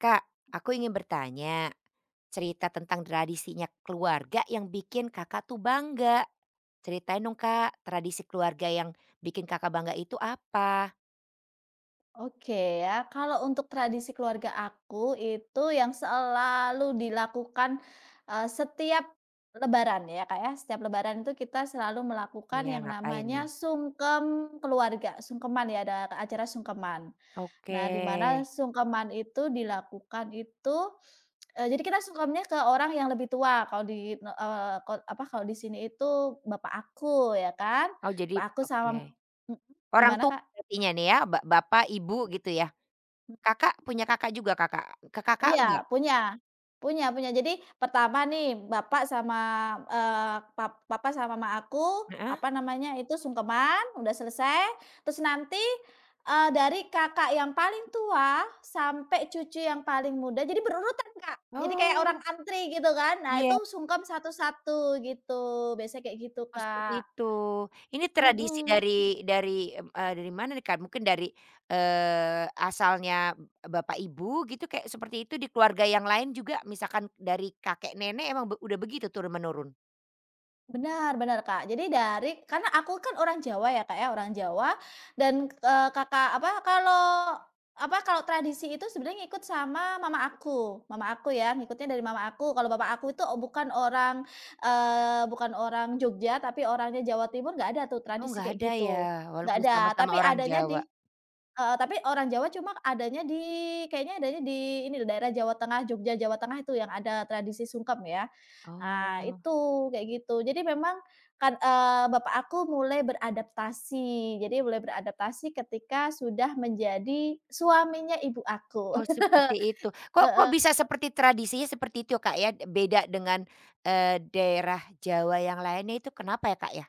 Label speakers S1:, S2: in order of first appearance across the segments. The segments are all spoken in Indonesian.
S1: Kak, aku ingin bertanya, cerita tentang tradisinya keluarga yang bikin Kakak tuh bangga. Ceritain dong Kak, tradisi keluarga yang bikin Kakak bangga itu apa?
S2: Oke ya, kalau untuk tradisi keluarga aku itu yang selalu dilakukan, setiap lebaran ya, Kak, ya. Setiap lebaran itu kita selalu melakukan
S1: Iya,
S2: yang
S1: ngapain nih?
S2: namanya sungkem keluarga, sungkeman ya, ada acara sungkeman.
S1: Oke.
S2: Nah, di mana sungkeman itu dilakukan itu, jadi kita sungkemnya ke orang yang lebih tua, kalau di ne ko apa, kalau di sini itu bapak aku ya kan,
S1: Oh jadi
S2: bapak aku
S1: oke.
S2: sama mhm,
S1: Orang
S2: gimana,
S1: tua
S2: Kak?
S1: artinya nih ya, bapak, ibu gitu ya? Kakak punya kakak juga Kakak? Kakak enggak?
S2: Iya, punya punya punya. Jadi pertama nih bapak sama, eee, pap papa sama mama aku,
S1: Heeh.
S2: apa namanya itu, sungkeman, udah selesai, terus nanti, dari kakak yang paling tua sampai cucu yang paling muda, jadi berurutan, Kak. Jadi kayak orang
S1: Oh.
S2: antri gitu kan. Nah, itu
S1: Iya.
S2: sungkem satu-satu gitu, biasanya kayak gitu,
S1: Oh, seperti
S2: Kak.
S1: itu. Ini tradisi
S2: Mhm.
S1: dari, dari mana nih, Kak? Mungkin dari, asalnya bapak ibu gitu kayak seperti itu di keluarga yang lain juga misalkan dari kakek nenek emang udah begitu turun-menurun?
S2: Benar benar, Kak. Jadi dari karena aku kan orang Jawa ya, Kak, ya, orang Jawa dan, Kakak, apa, kalau tradisi itu sebenarnya ngikut sama mama aku ya, ngikutnya dari mama aku. Kalau bapak aku itu bukan orang Jogja, tapi orangnya Jawa Timur, nggak ada tuh
S1: Oh,
S2: tradisi
S1: nggak
S2: kayak
S1: ada ya,
S2: gitu, nggak
S1: walaupun
S2: ada.
S1: sama-sama
S2: Tapi
S1: orang
S2: adanya
S1: Jawa.
S2: di. Heeh, tapi orang Jawa cuma adanya di kayaknya adanya di ini loh, daerah Jawa Tengah, Jogja, Jawa Tengah itu yang ada tradisi sungkem ya, nah
S1: Oh
S2: itu, kayak gitu. Jadi memang kan, bapak aku mulai beradaptasi. Jadi mulai beradaptasi ketika sudah menjadi suaminya ibu aku.
S1: oh, seperti itu. Kok kok
S2: Heeh,
S1: bisa seperti tradisinya seperti itu, Kak, ya? Beda dengan, daerah Jawa yang lainnya itu kenapa ya, Kak, ya?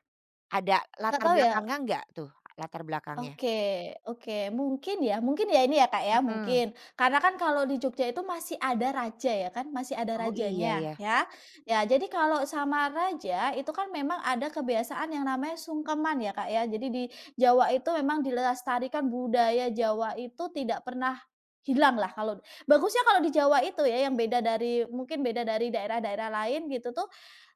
S1: Ada
S2: nggak
S1: latar
S2: tahu ya.
S1: belakangnya nggak tuh, latar belakangnya?
S2: Oke oke, mungkin ya ini ya, Kak, ya,
S1: Mhm.
S2: mungkin. Karena kan kalau di Jogja itu masih ada raja ya kan, masih ada
S1: Oh iya
S2: rajanya
S1: ya,
S2: ya. Ya jadi kalau sama raja itu kan memang ada kebiasaan yang namanya sungkeman ya, Kak, ya. Jadi di Jawa itu memang dilestarikan, budaya Jawa itu tidak pernah hilang lah. Kalau bagusnya kalau di Jawa itu ya yang beda dari, mungkin beda dari daerah-daerah lain gitu tuh,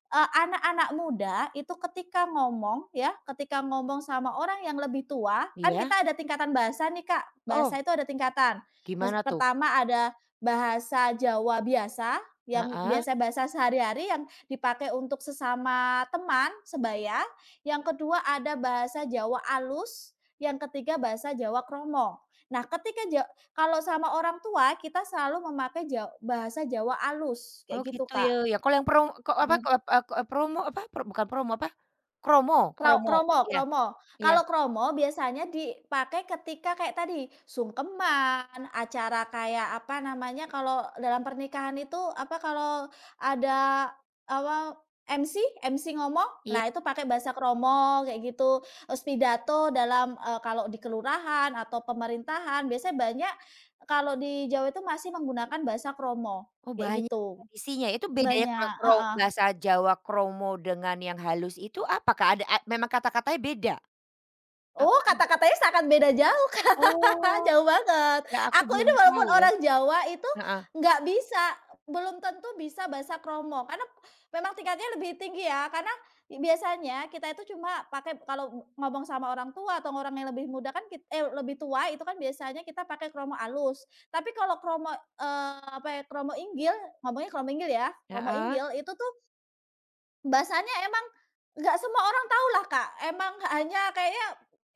S2: Anak-anak muda itu ketika ngomong ya, ketika ngomong sama orang yang lebih tua, kan
S1: iya?
S2: kita ada tingkatan bahasa nih, Kak.
S1: Oh,
S2: Bahasa itu ada tingkatan. Mes
S1: gimana tuh?
S2: pertama ada bahasa Jawa biasa, yang
S1: Heeh,
S2: biasa bahasa sehari-hari yang dipakai untuk sesama teman sebaya, yang kedua ada bahasa Jawa alus, yang ketiga bahasa Jawa kromo. Nah, ketika ja kalau sama orang tua kita selalu memakai bahasa Jawa alus,
S1: oh
S2: kayak gitu,
S1: gitu
S2: Kak.
S1: ya, ya kalau yang promo ko apa, ko promo apa, pro bukan promo apa, kromo kromo,
S2: Kromo
S1: iya
S2: kromo.
S1: iya
S2: Kalau kromo biasanya dipakai ketika kayak tadi, sungkeman, acara kayak apa namanya, kalau dalam pernikahan itu apa, kalau ada apa, MC MC ngomong,
S1: iya,
S2: nah itu pakai bahasa kromo kayak gitu. Terus pidato dalam, kalau di kelurahan atau pemerintahan biasanya banyak kalau di Jawa itu masih menggunakan bahasa kromo,
S1: oh
S2: kayak
S1: banyak
S2: gitu.
S1: tradisinya, itu bedanya kro
S2: Banyak,
S1: kro
S2: heeh.
S1: bahasa Jawa kromo dengan yang halus itu apa, Kak? Ada memang kata-katanya beda?
S2: Oh,
S1: Apa gitu?
S2: kata-katanya sangat beda jauh, Kak,
S1: Oh,
S2: jauh banget.
S1: ya aku
S2: Aku
S1: belum
S2: ini walaupun
S1: tahu ya,
S2: orang Jawa itu
S1: heeh
S2: nggak bisa, belum tentu bisa bahasa kromo, karena memang tingkatnya lebih tinggi ya, karena biasanya kita itu cuma pakai kalau ngomong sama orang tua atau orang yang lebih muda kan lebih tua itu kan biasanya kita pakai kromo alus. Tapi kalau kromo, apa ya, kromo inggil, ngomongnya kromo inggil ya, kromo
S1: heeh,
S2: inggil itu tuh bahasanya emang nggak semua orang tahu lah, Kak. Emang hanya kayaknya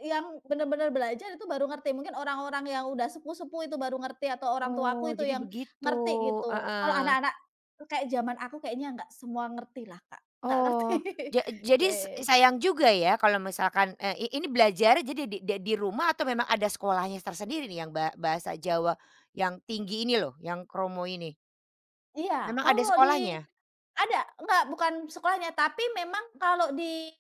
S2: yang bener-bener belajar itu baru ngerti. Mungkin orang-orang yang udah sepuh-sepuh itu baru ngerti, atau orang
S1: oh
S2: tuaku itu
S1: jadi
S2: yang
S1: begitu,
S2: ngerti gitu. Kalau
S1: heeh.
S2: anak-anak kayak zaman aku kayaknya nggak semua ngerti lah Kak, nggak ngerti.
S1: Oh, jadi s
S2: Oke.
S1: sayang juga ya kalau misalkan, ini belajar jadi di rumah atau memang ada sekolahnya tersendiri nih yang bahasa Jawa yang tinggi ini loh, yang kromo ini?
S2: Iya,
S1: Memang ada
S2: kalau di.
S1: sekolahnya?
S2: Ada, enggak bukan sekolahnya, tapi memang kalau di,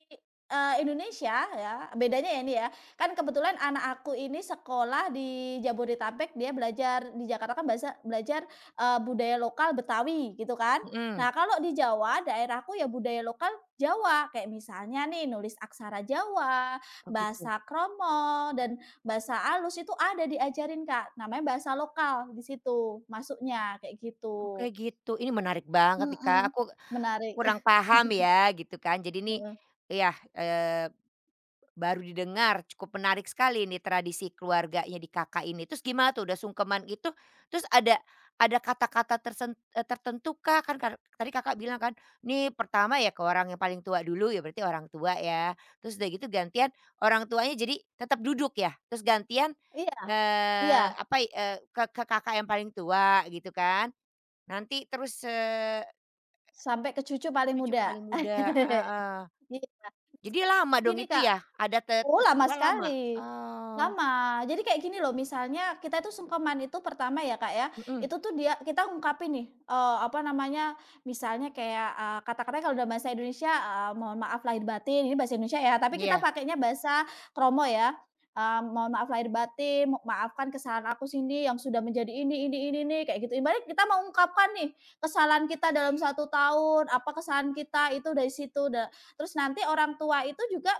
S2: Indonesia ya, bedanya ya ini ya, kan kebetulan anak aku ini sekolah di Jabodetabek, dia belajar di Jakarta kan bahasa belajar, budaya lokal Betawi gitu kan. Nah
S1: Mhm.
S2: kalau di Jawa, daerahku ya budaya lokal Jawa, kayak misalnya nih nulis aksara Jawa,
S1: Oh gitu.
S2: bahasa kromo, dan bahasa alus itu ada diajarin Kak, namanya bahasa lokal di situ masuknya, kayak
S1: Oke
S2: gitu.
S1: gitu, ini menarik banget nih Kak,
S2: Mhm,
S1: aku
S2: menarik.
S1: kurang paham ya gitu kan. Jadi nih
S2: Heeh,
S1: iya, Baru didengar, cukup menarik sekali ini tradisi keluarganya di Kakak ini. Terus gimana tuh udah sungkeman gitu, terus ada kata-kata tertentu kah? Kan kar tadi Kakak bilang kan, nih pertama ya ke orang yang paling tua dulu, ya berarti orang tua ya. Terus udah gitu gantian orang tuanya jadi tetap duduk ya? Terus gantian,
S2: iya iya,
S1: apa, ke Kakak yang paling tua gitu kan, nanti terus,
S2: sampai ke cucu paling
S1: cucu
S2: muda.
S1: paling muda heeh.
S2: Iya,
S1: Jadi lama
S2: karena
S1: dong
S2: gini
S1: itu
S2: Kak,
S1: ya? Ada
S2: oh, lama
S1: sungkeman lama?
S2: sekali.
S1: Oh.
S2: Lama. Jadi kayak gini loh, misalnya kita itu sungkeman itu pertama ya, Kak, ya,
S1: Mhm,
S2: itu tuh dia kita ungkapin nih, apa namanya, misalnya kayak, kata-katanya kalau dalam bahasa Indonesia, mohon maaf lahir batin, ini bahasa Indonesia ya, tapi kita
S1: iya.
S2: pakainya bahasa kromo ya, mohon maaf lahir batin, maafkan kesalahan aku sini yang sudah menjadi ini nih, kayak gitu. Ibaratnya kita mau ungkapkan nih, kesalahan kita dalam satu tahun, apa kesalahan kita, itu dari situ terus nanti orang tua itu juga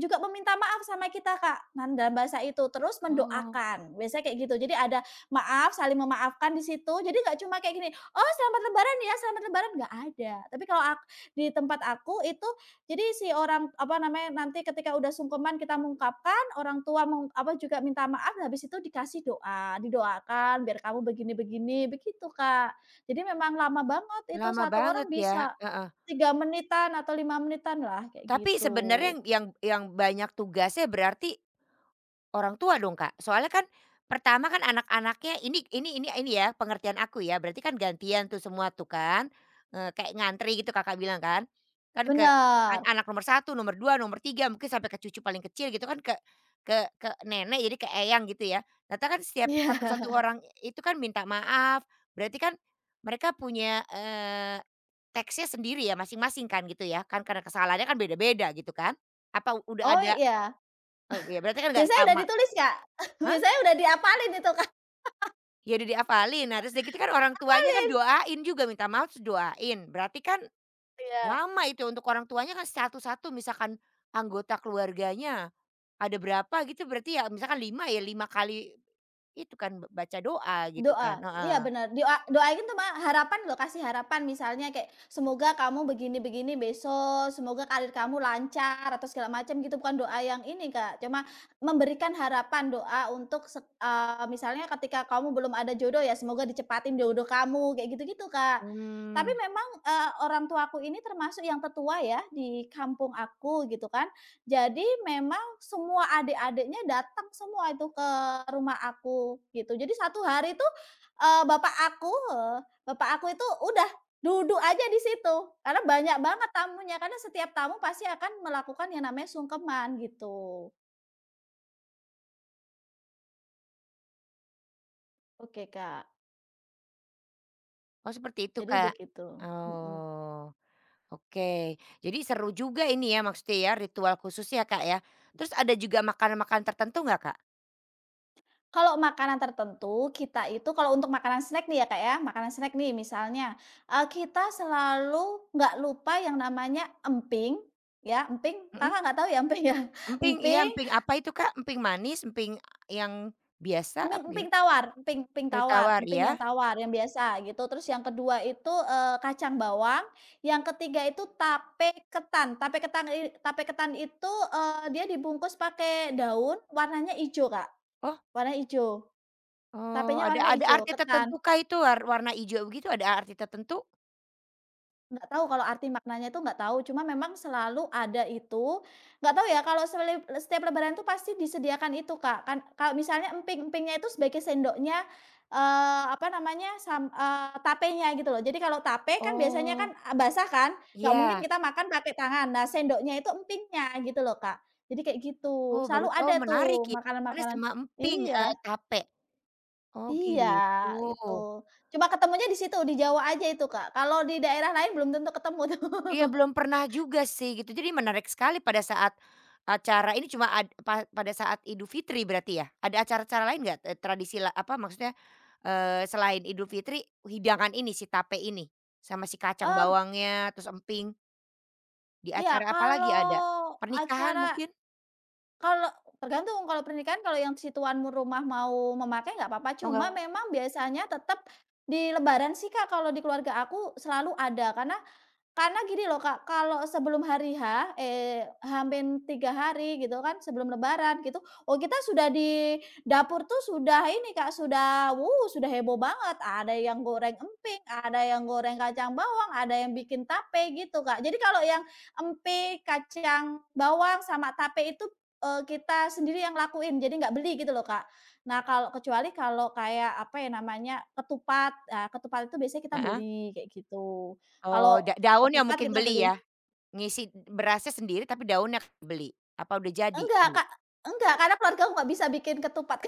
S2: juga meminta maaf sama kita, Kak, dalam bahasa itu, terus
S1: Oh.
S2: mendoakan, biasanya kayak gitu. Jadi ada maaf, saling memaafkan di situ, jadi nggak cuma kayak gini, "Oh, selamat lebaran ya, selamat lebaran," nggak ada. Tapi kalau ak di tempat aku itu, jadi si orang, apa namanya, nanti ketika udah sungkeman kita mengungkapkan, orang tua juga minta maaf, dan habis itu dikasih doa, didoakan, "Biar kamu begini-begini," begitu, Kak. Jadi memang lama banget itu,
S1: Lama
S2: satu orang
S1: banget ya,
S2: bisa
S1: heeh.
S2: 3 menitan atau 5 menitan lah, kayak
S1: Tapi sebenarnya
S2: gitu.
S1: yang banyak tugasnya berarti orang tua dong, Kak. Soalnya kan pertama kan anak-anaknya ini ya pengertian aku ya, berarti kan gantian tuh semua tuh kan, kayak ngantri gitu Kakak bilang kan. Kan ke kan
S2: Bener,
S1: anak nomor satu nomor 2 nomor 3 mungkin sampai ke cucu paling kecil gitu kan ke ke nenek jadi ke eyang gitu ya. Ternyata kan setiap satu-satu
S2: iya.
S1: orang itu kan minta maaf, berarti kan mereka punya, teksnya sendiri ya masing-masing kan gitu ya, kan karena kesalahannya kan beda-beda gitu kan? Apa udah
S2: Oh,
S1: ada
S2: iya.
S1: ya berarti kan nggak
S2: Biasanya udah
S1: sama.
S2: ditulis, Kak? Biasanya udah diapalin itu, Kak?
S1: Ya udah dihafalin, nah terus udah gitu kan orang tuanya kan doain juga, minta maaf terus doain. Berarti kan
S2: Iya.
S1: lama itu untuk orang tuanya kan satu-satu misalkan anggota keluarganya ada berapa gitu berarti ya misalkan 5 ya 5 kali itu kan baca doa gitu kan,
S2: Doa, iya
S1: heeh.
S2: benar, doa doain tuh Mbak, harapan loh, kasih harapan misalnya kayak, "Semoga kamu begini-begini besok, semoga karir kamu lancar," atau segala macam gitu, bukan doa yang ini Kak, cuma memberikan harapan doa untuk misalnya ketika kamu belum ada jodoh ya, "Semoga dicepatin jodoh kamu," kayak gitu-gitu Kak. Tapi
S1: Mmm,
S2: memang, orang tuaku ini termasuk yang tertua ya di kampung aku gitu kan, jadi memang semua adik-adiknya datang semua itu ke rumah aku gitu, jadi satu hari itu Eee, bapak aku heeh, bapak aku itu udah duduk aja di situ, karena banyak banget tamunya, karena setiap tamu pasti akan melakukan yang namanya sungkeman gitu. Oke, Kak.
S1: oh seperti itu,
S2: Jadi
S1: Kak?
S2: begitu. Mhm.
S1: Oh, oke. Jadi seru juga ini ya maksudnya ya ritual khusus ya, Kak, ya. Terus ada juga makanan-makanan tertentu nggak, Kak?
S2: Kalau makanan tertentu, kita itu kalau untuk makanan snack nih ya, Kak, ya, makanan snack nih misalnya, kita selalu nggak lupa yang namanya emping, ya, emping
S1: Mhm.
S2: Kakak nggak tahu ya emping ya?
S1: Emping iya,
S2: Emping,
S1: emping apa itu, Kak? Emping manis, emping yang biasa apa
S2: Emping emping
S1: gimana?
S2: tawar, emping emping
S1: Emping
S2: tawar,
S1: tawar
S2: emping
S1: ya?
S2: yang tawar, yang biasa gitu. Terus yang kedua itu, kacang bawang, yang ketiga itu tape ketan. Tape ketan i Tape ketan itu, dia dibungkus pakai daun, warnanya ijo, Kak,
S1: Oh
S2: warna ijo.
S1: oh,
S2: Tapenya warnanya
S1: ada
S2: ijo,
S1: arti
S2: ketan.
S1: tertentu kah itu warna hijau begitu ada arti tertentu?
S2: Nggak tahu kalau arti maknanya itu nggak tahu, cuma memang selalu ada itu, nggak tahu ya kalau setiap lebaran tuh pasti disediakan itu, Kak. Kan kalau misalnya emping-empingnya itu sebagai sendoknya, apa namanya, tapenya gitu loh. Jadi kalau tape kan biasanya kan,
S1: Oh,
S2: eh, basah kan, nggak mungkin
S1: iya.
S2: kita makan pakai tangan. Nah, sendoknya itu empingnya gitu loh, Kak. Jadi kayak gitu,
S1: Oh,
S2: selalu
S1: baru tahu
S2: ada
S1: menarik
S2: tuh
S1: ya, karena
S2: makanan-makanan,
S1: sama emping,
S2: iya
S1: tape. Oh,
S2: iya,
S1: gitu.
S2: gitu. Cuma ketemunya di situ, di Jawa aja itu, Kak. Kalau di daerah lain belum tentu ketemu tuh.
S1: Iya, belum pernah juga sih gitu. Jadi menarik sekali pada saat acara ini cuma ad pa pada saat Idul Fitri berarti ya? Ada acara-acara lain nggak, tradisi la apa maksudnya, selain Idul Fitri, hidangan ini si tape ini? Sama si kacang
S2: Mmm,
S1: bawangnya, terus emping, di
S2: iya,
S1: acara apa lagi ada? Pernikahan
S2: acara
S1: mungkin?
S2: kalau tergantung kalau pernikahan kalau yang si tuan rumah mau memakai nggak apa-apa,
S1: Oh
S2: cuma
S1: nggak
S2: memang biasanya tetap di lebaran sih Kak, kalau di keluarga aku selalu ada, karena gini loh Kak, kalau sebelum hari H, H-min hari gitu kan sebelum lebaran gitu, oh kita sudah di dapur tuh sudah ini Kak, sudah wuh sudah heboh banget, ada yang goreng emping, ada yang goreng kacang bawang, ada yang bikin tape gitu Kak. Jadi kalau yang emping, kacang bawang, sama tape itu, kita sendiri yang lakuin, jadi nggak beli gitu loh Kak. Nah kalau kecuali kalau kayak apa ya namanya, ketupat, nah ketupat itu biasanya kita
S1: heeh.
S2: beli kayak gitu.
S1: Oh,
S2: Kalau.
S1: daunnya
S2: Ketupat
S1: mungkin
S2: kita
S1: beli
S2: beli
S1: ya? Ngisi berasnya sendiri tapi daunnya beli? Apa udah jadi
S2: enggak,
S1: beli?
S2: Kak, enggak, karena keluarga aku nggak bisa bikin ketupat.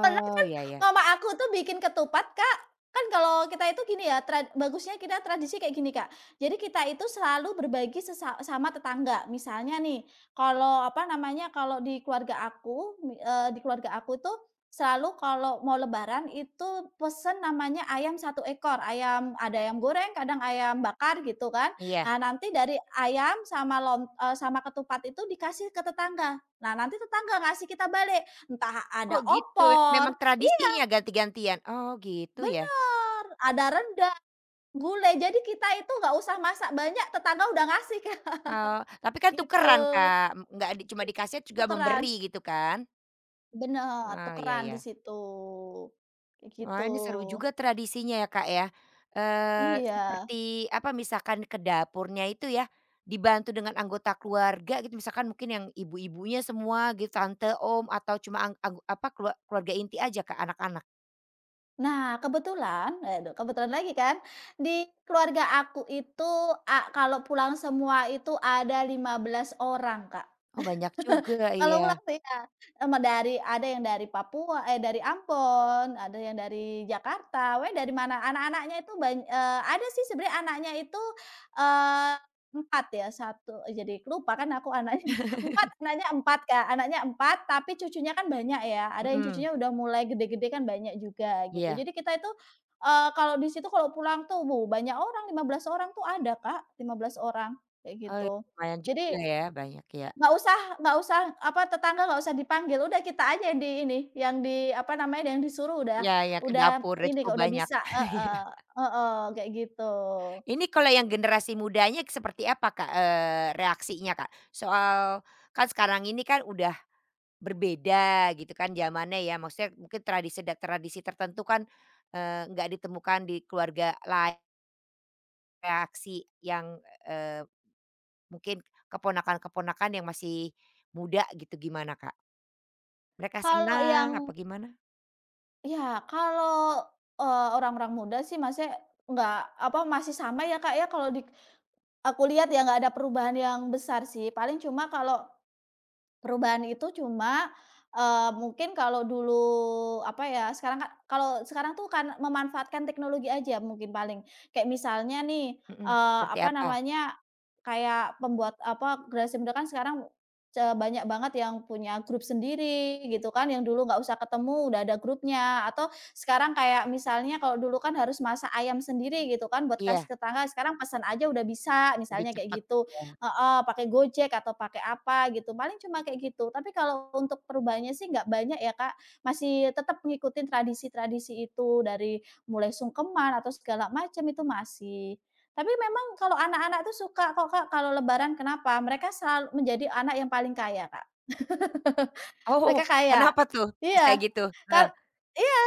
S2: Pernah kan
S1: iya ya.
S2: mama aku tuh bikin ketupat, Kak. Kan kalau kita itu gini ya, bagusnya kita tradisi kayak gini, Kak. Jadi kita itu selalu berbagi sama tetangga. Misalnya nih, kalau apa namanya, kalau di keluarga aku, di keluarga aku tuh selalu kalau mau lebaran itu pesen namanya ayam satu ekor, ayam ada ayam goreng, kadang ayam bakar gitu kan.
S1: Iya.
S2: Nah, nanti dari ayam sama sama ketupat itu dikasih ke tetangga. Nah, nanti tetangga ngasih kita balik. Entah ada
S1: Oh gitu,
S2: opor,
S1: memang
S2: iya,
S1: tradisinya ganti-gantian? Oh gitu ya?
S2: bener, ada rendang, gulai, jadi kita itu nggak usah masak banyak, tetangga udah ngasih, kan,
S1: Oh, tapi kan
S2: gitu.
S1: tukeran Kak, nggak di cuma di kaset juga
S2: Tukeran
S1: memberi gitu kan?
S2: bener,
S1: Oh iya
S2: tukeran
S1: ya.
S2: di situ, kayak gitu.
S1: Wah ini seru juga tradisinya ya Kak ya, eh
S2: Iya.
S1: seperti apa, misalkan ke dapurnya itu ya, dibantu dengan anggota keluarga gitu, misalkan mungkin yang ibu-ibunya semua gitu, tante, om, atau cuma ang ang apa, keluarga inti aja Kak, anak-anak?
S2: Nah, kebetulan aduh, kebetulan lagi kan, di keluarga aku itu, kalau pulang semua itu ada 15 orang, Kak.
S1: Oh banyak juga
S2: Kalau
S1: iya.
S2: pulang sih, ya, dari ada yang dari Papua eh, dari Ambon, ada yang dari Jakarta, pokoknya dari mana anak-anaknya itu ada sih sebenarnya anaknya itu, eee, 4 ya, satu. Jadi lupa kan aku anaknya, 4. Anaknya 4 Kak, anaknya 4. Tapi cucunya kan banyak ya, ada yang
S1: Mhm,
S2: cucunya udah mulai gede-gede kan banyak juga gitu.
S1: iya.
S2: Jadi kita itu, kalau di situ kalau pulang tuh, wuh, banyak orang, 15 orang tuh ada, Kak, 15 orang, kayak
S1: Oh iya,
S2: gitu.
S1: lumayan juga
S2: Jadi
S1: ya, banyak ya.
S2: nggak usah nggak usah apa, tetangga nggak usah dipanggil, udah kita aja yang di ini, yang di apa namanya, yang disuruh udah
S1: Ya iya, ke
S2: udah
S1: dapur udah
S2: ini Kak,
S1: cukup
S2: udah
S1: banyak.
S2: bisa
S1: Iya.
S2: heeh heeh, kayak gitu.
S1: Ini kalau yang generasi mudanya seperti apa, Kak, reaksinya, Kak? Soal kan sekarang ini kan udah berbeda gitu kan zamannya ya, maksudnya mungkin tradisi tertentu kan, nggak ditemukan di keluarga lain. Reaksi yang, eee, mungkin keponakan-keponakan yang masih muda gitu gimana, Kak? Mereka
S2: Kalau
S1: senang apa
S2: yang
S1: gimana?
S2: ya kalau, orang-orang muda sih maksudnya nggak apa, masih sama ya Kak ya, kalau di aku lihat ya nggak ada perubahan yang besar sih, paling cuma kalau. Perubahan itu cuma, mungkin kalau dulu apa ya, sekarang kan kalau sekarang tuh kan memanfaatkan teknologi aja mungkin paling. Kayak misalnya nih,
S1: Mhm, seperti
S2: apa
S1: apa?
S2: namanya, kayak pembuat apa, generasi muda kan sekarang banyak banget yang punya grup sendiri gitu kan, yang dulu nggak usah ketemu udah ada grupnya, atau sekarang kayak misalnya kalau dulu kan harus masak ayam sendiri gitu kan buat kasih
S1: Iya,
S2: ke tetangga, sekarang pesan aja udah bisa,
S1: lebih
S2: misalnya kayak
S1: cepat.
S2: gitu. Heeh, pakai Gojek atau pakai apa gitu, paling cuma kayak gitu. Tapi kalau untuk perubahannya sih nggak banyak ya, Kak, masih tetap ngikutin tradisi-tradisi itu, dari mulai sungkeman atau segala macam itu masih. Tapi memang kalau anak-anak tuh suka kok, Kak, kalau lebaran kenapa, mereka selalu menjadi anak yang paling kaya, Kak.
S1: Oh,
S2: Mereka kaya.
S1: kenapa tuh bisa
S2: Iya,
S1: gitu?
S2: kar iya,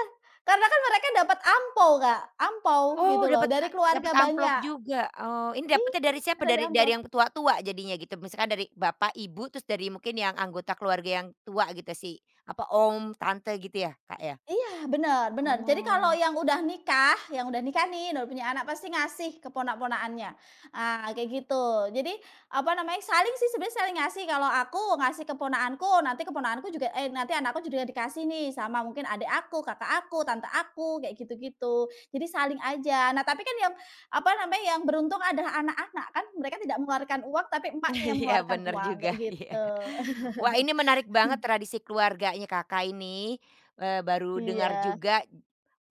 S2: karena kan mereka dapat ampau, Kak, ampau gitu
S1: Oh,
S2: loh, dari keluarga
S1: dapat amplop
S2: banyak.
S1: juga. Oh, ini dapatnya
S2: Iya,
S1: dari siapa?
S2: dari
S1: Dari
S2: ampau.
S1: dari yang tua-tua jadinya gitu? Misalkan dari bapak, ibu, terus dari mungkin yang anggota keluarga yang tua gitu si apa, om, tante gitu ya, Kak, ya?
S2: Iya, benar, benar. Jadi kalau
S1: Oh,
S2: yang udah nikah, yang udah nikah nih, udah punya anak pasti ngasih ke ponak-ponakannya. Ah, kayak gitu. Jadi, apa namanya, saling sih sebenarnya saling ngasih. Kalau aku ngasih ke ponakanku, nanti keponakanku juga eh, nanti anakku juga dikasih nih sama mungkin adik aku, kakak aku, tante aku, kayak gitu-gitu. Jadi saling aja. Nah, tapi kan yang, apa namanya, yang beruntung adalah anak-anak kan mereka tidak mengeluarkan uang, tapi emaknya yang
S1: iya
S2: mengeluarkan
S1: bener
S2: uang, kayak
S1: juga, iya.
S2: gitu.
S1: Wah, ini menarik banget tradisi keluarganya Kakak ini, baru dengar
S2: Iya.
S1: juga.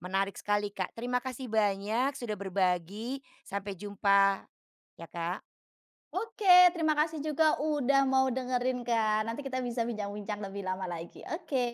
S1: Menarik sekali, Kak. Terima kasih banyak sudah berbagi, sampai jumpa, ya, Kak.
S2: Oke, terima kasih juga udah mau dengerin, Kak. Nanti kita bisa bincang-bincang lebih lama lagi. Oke.